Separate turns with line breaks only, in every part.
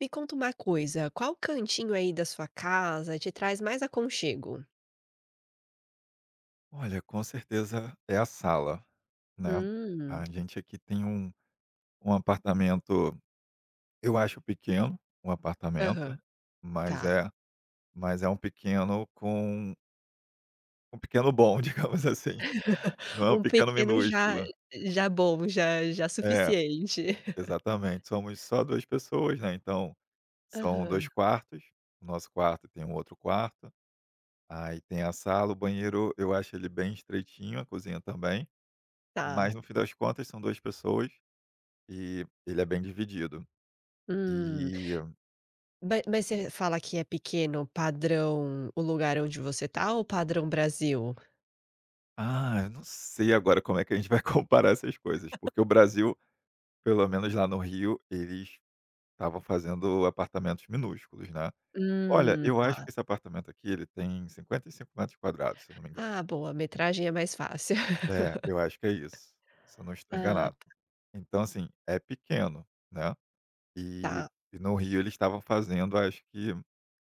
Me conta uma coisa, qual cantinho aí da sua casa te traz mais aconchego?
Olha, com certeza é a sala, né. A
Hum.
gente aqui tem um apartamento, eu acho pequeno, um
Aham.
apartamento, mas
Tá.
é mas é um pequeno com um pequeno bom, digamos assim, não é um
Um
pequeno
pequeno já
minúsculo.
já bom, já já
É,
suficiente.
exatamente. Somos só 2 pessoas, né, então são
Aham.
dois quartos, o nosso quarto tem um outro quarto, aí tem a sala, o banheiro eu acho ele bem estreitinho, a cozinha também, mas
Tá.
no fim das contas são 2 pessoas. E ele é bem dividido.
Hum.
E,
Ma mas você fala que é pequeno padrão o lugar onde você tá ou padrão Brasil?
ah, eu não sei agora como é que a gente vai comparar essas coisas, porque o Brasil, pelo menos lá no Rio, eles estavam fazendo apartamentos minúsculos, né. Olha, eu acho
Tá.
que esse apartamento aqui ele tem 55 metros quadrados, se eu não me engano.
Ah, boa, metragem é mais fácil.
É, eu acho que é isso, se eu não estou
Ah,
enganado. Então, assim, é pequeno, né. E
tá.
e no Rio eles estavam fazendo, acho que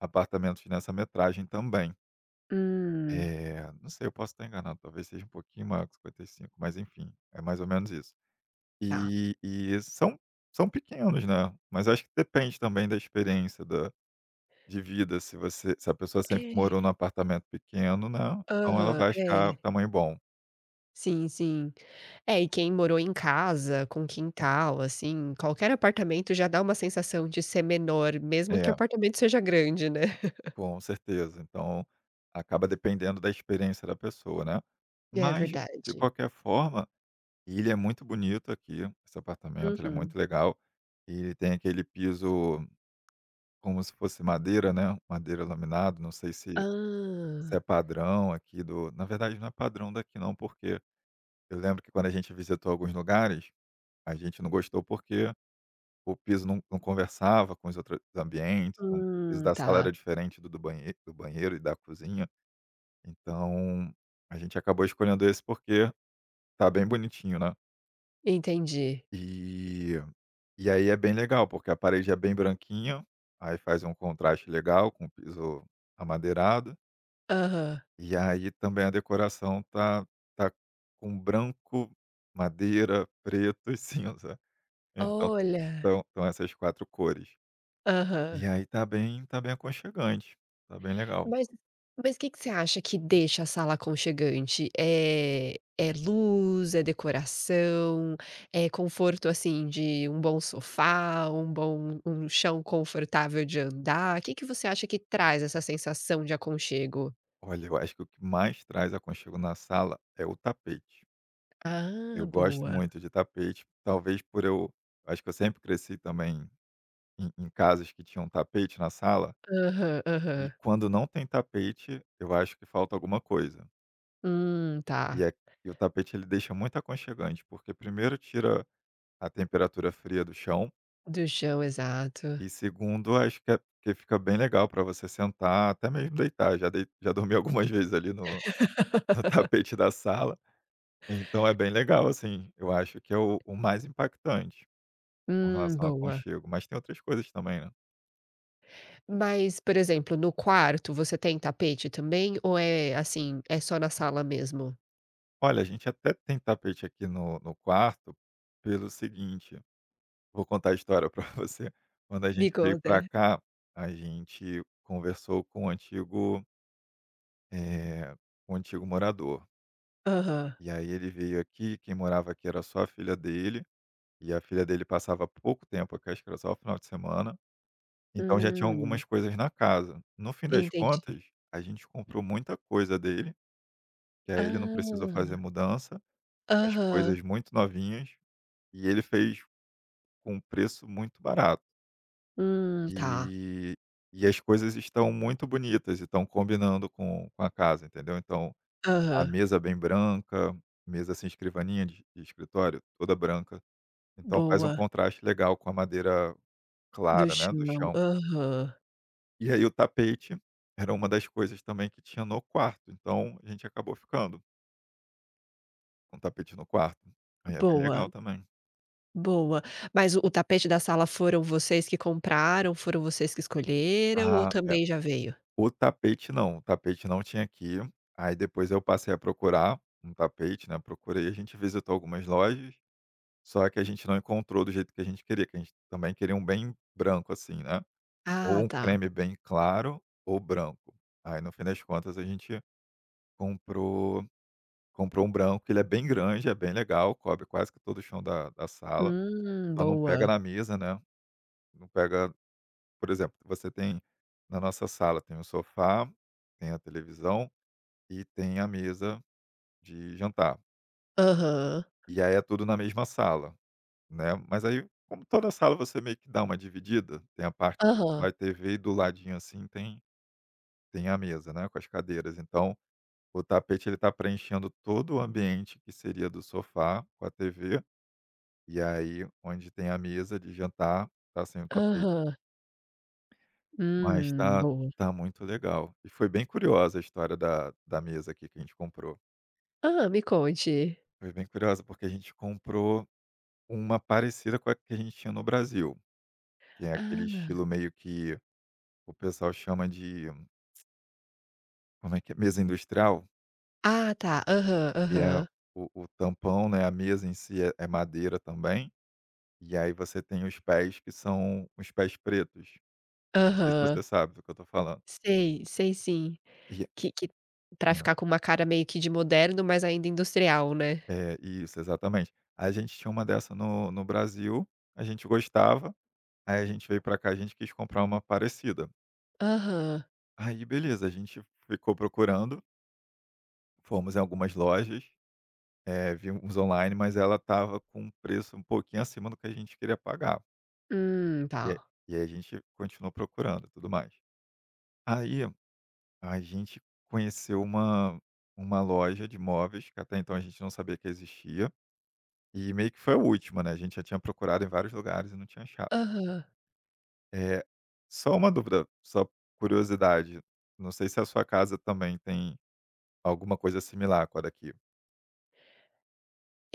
apartamentos nessa metragem também.
Hum,
É, não sei, eu posso estar enganado, talvez seja um pouquinho maior que 55, mas enfim, é mais ou menos isso.
tá.
E são pequenos, né, mas acho que depende também da experiência da de vida, se a pessoa sempre morou
É.
num apartamento pequeno, né, então ela
Aham,
vai
é.
achar o tamanho bom.
Sim, sim. É, e quem morou em casa, com quintal, assim, qualquer apartamento já dá uma sensação de ser menor, mesmo que o
É,
apartamento seja grande, né.
com certeza, então acaba dependendo da experiência da pessoa, né.
É
Mas, de
verdade.
qualquer forma, ele é muito bonito aqui, esse apartamento, ele é
Uhum.
muito legal, ele tem aquele piso como se fosse madeira, né, madeira laminado, não sei
Hã.
se é padrão aqui do na verdade não é padrão daqui não, porque eu lembro que quando a gente visitou alguns lugares, a gente não gostou porque o piso não conversava com os outros ambientes, então o piso da sala
Tá.
era diferente do banheiro e da cozinha, então a gente acabou escolhendo esse porque tá bem bonitinho, né.
Entendi.
E e aí é bem legal, porque a parede é bem branquinha, aí faz um contraste legal com o piso amadeirado.
Aham.
E aí também a decoração tá com branco, madeira, preto e cinza. Então
Olha.
então essas 4 cores. E
Aham.
aí tá bem aconchegante, tá bem legal.
Mas mas que você acha que deixa a sala aconchegante? É, é luz, é decoração, é conforto, assim, de um bom sofá, um bom um chão confortável de andar? O que que você acha que traz essa sensação de aconchego?
Olha, eu acho que o que mais traz aconchego na sala é o tapete.
Ah,
Eu gosto
boa.
muito de tapete, talvez por eu acho que eu sempre cresci também em casas que tinham tapete na sala,
Aham, aham.
e quando não tem tapete, eu acho que falta alguma coisa. E
Tá.
a e o tapete ele deixa muito aconchegante, porque primeiro tira a temperatura fria do chão
Do chão, exato.
e segundo acho que é que fica bem legal para você sentar, até mesmo deitar, já dormi algumas vezes ali no tapete da sala, então é bem legal, assim, eu acho que é o mais impactante com relação ao
Boa.
aconchego, mas tem outras coisas também, né.
Mas, por exemplo, no quarto você tem tapete também ou é, assim, é só na sala mesmo?
Olha, a gente até tem tapete aqui no quarto pelo seguinte. Vou contar a história para você. Quando a
Me
gente veio
conta.
para cá, a gente conversou eh, com o antigo morador.
Aham.
E aí ele veio aqui, quem morava aqui era só a filha dele, e a filha dele passava pouco tempo aqui, acho que era só o final de semana, então já tinha
Hum,
algumas coisas na casa. No fim das
entendi.
contas, a gente comprou muita coisa dele, que aí ele não precisou fazer
Ah.
mudança, as
Aham.
coisas muito novinhas, e ele fez com um preço muito barato.
Tá.
E e as coisas estão muito bonitas e estão combinando com a casa, entendeu. Então, a
Aham.
mesa bem branca, mesa, assim, escrivaninha de escritório, toda branca, então faz um
Boa.
contraste legal com a madeira
Do
clara, né, do
chão.
chão.
Aham.
E aí o tapete era uma das coisas também que tinha no quarto, então a gente acabou ficando com o tapete no quarto. Aí é bem
Boa,
legal também.
boa. Mas o tapete da sala foram vocês que compraram, foram vocês que escolheram ou
Ah, é.
também já veio?
O tapete não tinha aqui, aí depois eu passei a procurar um tapete, né, procurei, a gente visitou algumas lojas, só que a gente não encontrou do jeito que a gente queria, que a gente também queria um bem branco assim, né, ou
Ah,
um
tá.
creme bem claro ou branco. Aí no fim das contas a gente comprou comprou um branco, ele é bem grande, é bem legal, cobre quase que todo o chão da sala, só não pega
Boa.
na mesa, né, não pega por exemplo, você tem na nossa sala tem um sofá, tem a televisão e tem a mesa de jantar.
Aham.
E aí é tudo na mesma sala, né. Mas aí, como toda sala, você meio que dá uma dividida, tem a parte do
Aham.
sofá e TV e do ladinho, assim, tem a mesa, né, com as cadeiras. Então, o tapete ele tá preenchendo todo o ambiente que seria do sofá com a TV, e aí onde tem a mesa de jantar, tá sem o tapete.
Aham.
Mas tá
Boa.
tá muito legal. E foi bem curiosa a história da mesa aqui que a gente comprou.
Hã, me conte.
Foi bem curiosa, porque a gente comprou uma parecida com a que a gente tinha no Brasil, que é aquele
Ah.
estilo meio que o pessoal chama de como é que é? Mesa industrial,
Ah, tá. Aham,
que é o
aham.
o tampão, né, a mesa em si é madeira também, e aí você tem os pés que são os pés pretos. Não sei se
Aham.
você sabe do que eu tô falando.
Sei, sei sim.
E
Que pra
hã,
ficar com uma cara meio que de moderno, mas ainda industrial, né?
É, isso, exatamente. A gente tinha uma dessa no Brasil, a gente gostava, aí a gente veio pra cá, a gente quis comprar uma parecida.
Aham.
Aí beleza, a gente ficou procurando, fomos em algumas lojas, é, vi uns online, mas ela estava com um preço um pouquinho acima do que a gente queria pagar. E aí
Tá.
e aí a gente continuou procurando e tudo mais. Aí a gente conheceu uma loja de móveis que até então a gente não sabia que existia, e meio que foi a última, né, a gente já tinha procurado em vários lugares e não tinha achado.
Aham.
É só uma dúvida, só curiosidade, não sei se a sua casa também tem alguma coisa similar com a daqui.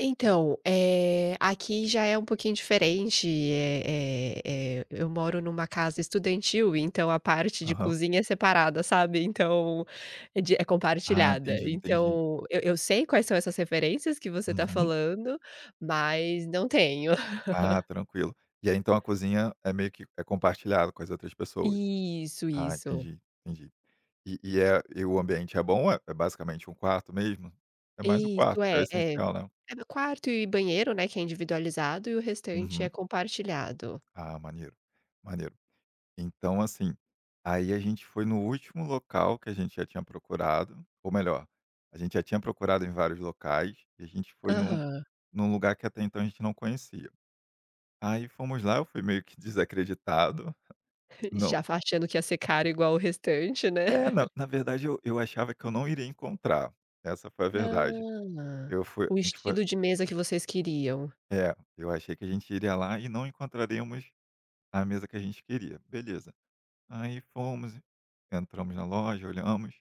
Então, aqui já é um pouquinho diferente, eu moro numa casa estudantil, então a parte de
Aham.
cozinha é separada, sabe, então é de é
Ah,
compartilhada.
entendi, entendi.
Então eu sei quais são essas referências que você tá
Uhum.
falando, mas não tenho.
Ah, tranquilo. E aí, então, a cozinha é meio que compartilhada com as outras pessoas?
Isso,
Ah,
isso.
entendi, entendi. E é e o ambiente é bom? É basicamente um quarto mesmo? É mais o
Isso,
quarto, é o
é é
essencial, né.
é quarto e banheiro, né, que é individualizado e o restante é
Uhum.
compartilhado.
Ah, maneiro, maneiro. Então, assim, aí a gente foi no último local que a gente já tinha procurado, ou melhor, a gente já tinha procurado em vários locais e a gente foi num
Aham.
num lugar que até então a gente não conhecia. Aí fomos lá, eu fui meio que desacreditado. Não.
Já fa achando que ia ser caro igual o restante, né.
É, na verdade eu achava que eu não iria encontrar, essa foi a verdade.
Ah,
Eu fui a
o
gente foi
estilo de mesa que vocês queriam.
É, eu achei que a gente iria lá e não encontraríamos a mesa que a gente queria, beleza. Aí fomos, entramos na loja, olhamos,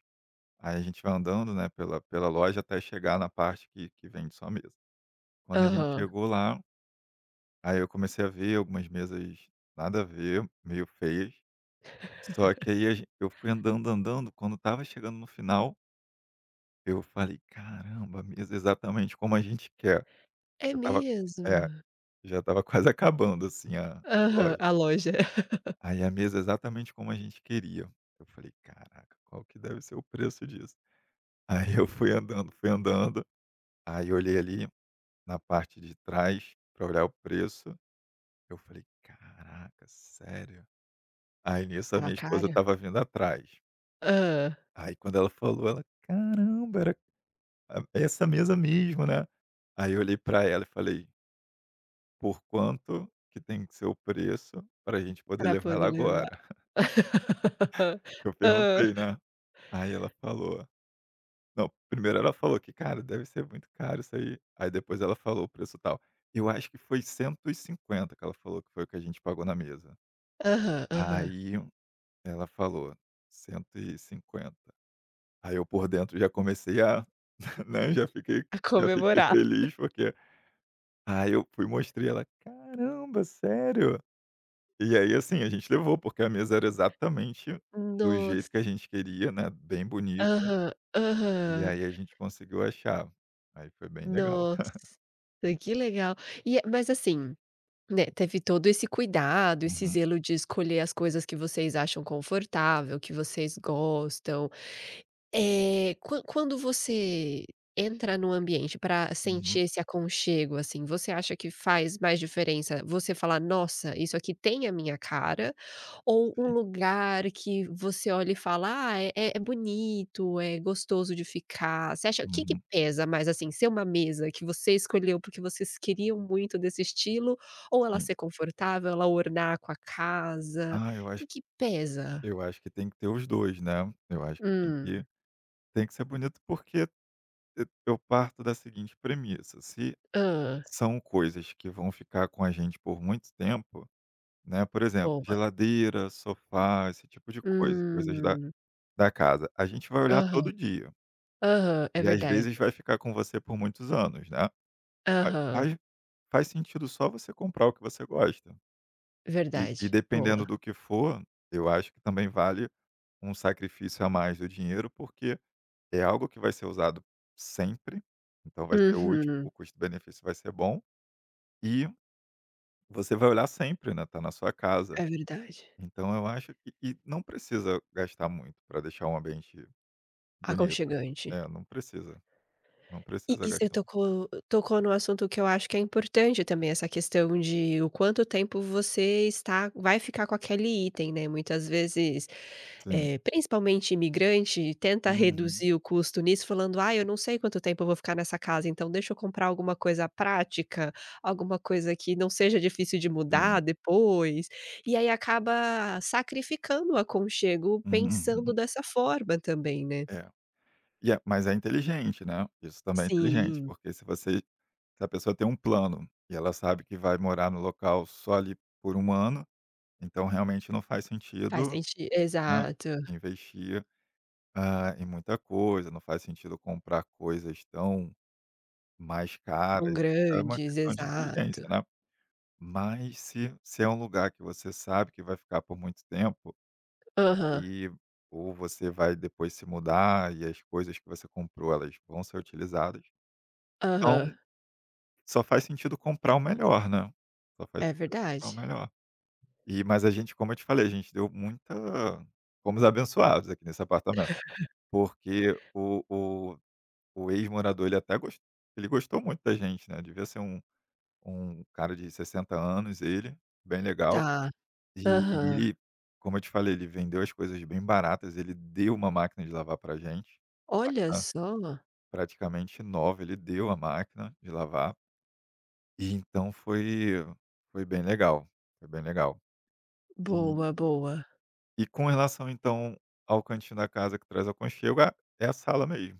aí a gente vai andando, né, pela loja até chegar na parte que vende só mesa. Quando a gente
Aham.
chegou lá, aí eu comecei a ver algumas mesas nada a ver, meio feias, só que aí a gen eu fui andando, andando, quando estava chegando no final, eu falei: "Caramba, mesa exatamente como a gente quer".
É
Já estava é,
mesmo?
já estava quase acabando, assim, a
Aham,
loja.
a loja.
Aí a mesa exatamente como a gente queria. Eu falei: "Caraca, qual que deve ser o preço disso?". Aí eu fui andando, aí olhei ali na parte de trás pra olhar o preço, eu falei: "Caraca, sério?". Aí nisso a
Estava
minha esposa
cara?
estava vindo atrás.
Ah,
Aí quando ela falou, ela: "Caramba, era a essa mesa mesmo, né". Aí eu olhei pra ela e falei: "Por quanto que tem que ser o preço para a gente poder
pra
levar
poder
ela
levar.
agora?" Eu
Ah.
perguntei, né. Aí ela falou não, primeiro ela falou que: "Cara, deve ser muito caro isso aí". Aí depois ela falou o preço tal. Eu acho que foi 150 que ela falou que foi o que a gente pagou na mesa.
Aham, aham.
Aí ela falou: "150". Aí eu por dentro já comecei a né, já fiquei
A
já fiquei
comemorar.
feliz porque aí eu fui e mostrei, ela: "Caramba, sério?". E aí, assim, a gente levou, porque a mesa era exatamente do jeito que a
Nossa.
gente queria, né, bem bonita,
Aham,
e
aham.
aí a gente conseguiu achar. Aí foi bem legal.
Nossa, que legal. E, é, mas assim, né, teve todo esse cuidado, esse
Uhum,
zelo de escolher as coisas que vocês acham confortável, que vocês gostam. Quando você entra no ambiente para sentir
uhum,
esse aconchego, assim, você acha que faz mais diferença você falar: "Nossa, isso aqui tem a minha cara", ou um
sim,
lugar que você olha e fala: "Ah, é bonito, é gostoso de ficar"? Você acha o que que
uhum,
pesa mais, assim, ser uma mesa que você escolheu porque vocês queriam muito desse estilo, ou ela
sim.
ser confortável, ela ornar com a casa?
Ah, eu
O
acho
que
que
que pesa?
eu acho que tem que ter os 2, né, eu acho que tem que
Hum.
tem que ser bonito, porque eu parto da seguinte premissa, se
Hã.
são coisas que vão ficar com a gente por muito tempo, né, por exemplo,
Boa.
geladeira, sofá, esse tipo de coisa, coisas da
Hum.
da casa, a gente vai olhar
Aham.
todo dia.
Aham, é
E às
verdade.
vezes vai ficar com você por muitos anos, né. Fa
Aham.
faz faz sentido só você comprar o que você gosta. E
Verdade,
dependendo
boa.
do que for, eu acho que também vale um sacrifício a mais do dinheiro, porque é algo que vai ser usado sempre, então vai ser útil,
Uhum.
o custo-benefício vai ser bom e você vai olhar sempre, né, tá na sua casa.
É verdade.
Então eu acho que não precisa gastar muito para deixar um ambiente bonito.
Aconchegante.
É, não precisa, não
E
precisa
e você
gastar.
tocou no assunto que eu acho que é importante também, essa questão de o quanto tempo você está vai ficar com aquele item, né, muitas vezes,
Sim.
principalmente imigrante tenta
Uhum,
reduzir o custo nisso falando: "Ah, eu não sei quanto tempo eu vou ficar nessa casa, então deixa eu comprar alguma coisa prática, alguma coisa que não seja difícil de mudar
sim.
depois". E aí acaba sacrificando o aconchego
Uhum,
pensando
uhum.
dessa forma também, né.
É. É inteligente, né, isso também é inteligente,
Sim.
porque se a pessoa tem um plano e ela sabe que vai morar no local só ali por 1 ano, então realmente não faz
faz
sentido,
senti
né,
Exato.
investir, em muita coisa, não faz sentido comprar coisas tão mais
São
caras, isso é uma
grandes,
questão de
exato.
inteligência, né. Mas se é um lugar que você sabe que vai ficar por muito tempo,
Aham.
aí ou você vai depois se mudar e as coisas que você comprou, elas vão ser utilizadas. Então,
Aham,
só faz sentido comprar o melhor, né. Só faz
é
sentido comprar o
verdade.
melhor. E mas a gente, como eu te falei, a gente deu muita fomos abençoados aqui nesse apartamento, porque o ex-morador, ele gostou muito da gente, né, devia ser um cara de 60 anos ele, bem legal.
Tá.
E
Aham.
ele, como eu te falei, ele vendeu as coisas bem baratas, ele deu uma máquina de lavar pra gente.
Olha
Ah,
só.
praticamente nova ele deu a máquina de lavar, e então foi bem legal, foi bem legal. E
Boa, boa.
e com relação então ao cantinho da casa que traz aconchego, é a sala mesmo,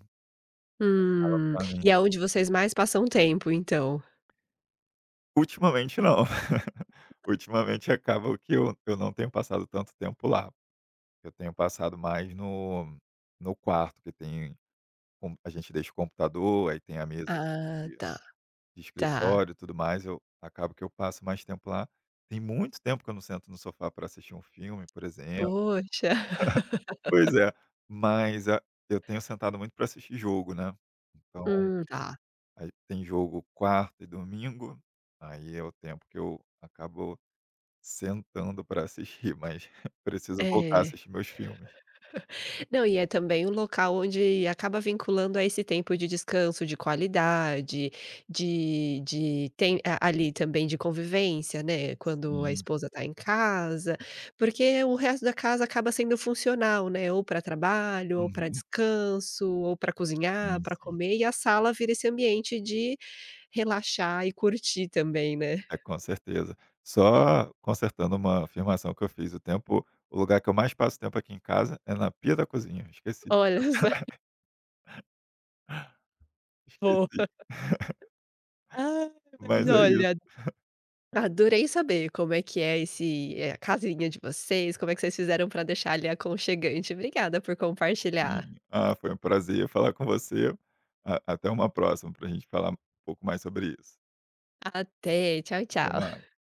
a sala
Hum.
para mim
E é onde vocês mais passam tempo então?
ultimamente não, ultimamente acaba que eu não tenho passado tanto tempo lá, eu tenho passado mais no quarto que tem com a gente deixa o computador, aí tem a mesa assim
Ah, tá.
de
Tá.
escritório e tudo mais, eu acabo que eu passo mais tempo lá. Tem muito tempo que eu não sento no sofá para assistir um filme, por exemplo.
Poxa.
Pois é, mas a eu tenho sentado muito para assistir jogo, né. Então,
Tá.
aí tem jogo quarta e domingo, aí é o tempo que eu acabo sentando para assistir, mas preciso voltar a
É.
assistir meus filmes.
Não, e é também um local onde acaba vinculando a esse tempo de descanso de qualidade, de tem a ali também de convivência, né, quando a
Sim.
esposa está em casa, porque o resto da casa acaba sendo funcional, né, ou para trabalho, ou para
Uhum.
descanso, ou para cozinhar,
Sim,
para
sim.
comer, e a sala vira esse ambiente de relaxar e curtir também, né.
É, com certeza. Só consertando uma afirmação que eu fiz, o lugar que eu mais passo tempo aqui em casa é na pia da cozinha, esqueci disso,
Olha, essa boa.
esqueci.
Ai, mas
Mas é isso,
olha, adorei saber como é que é a casinha de vocês, como é que vocês fizeram para deixar ali aconchegante. Obrigada por compartilhar.
sim. Ah, foi um prazer falar com você, a até uma próxima para a gente falar um pouco mais sobre isso.
Até, tchau,
Até
tchau.
mais.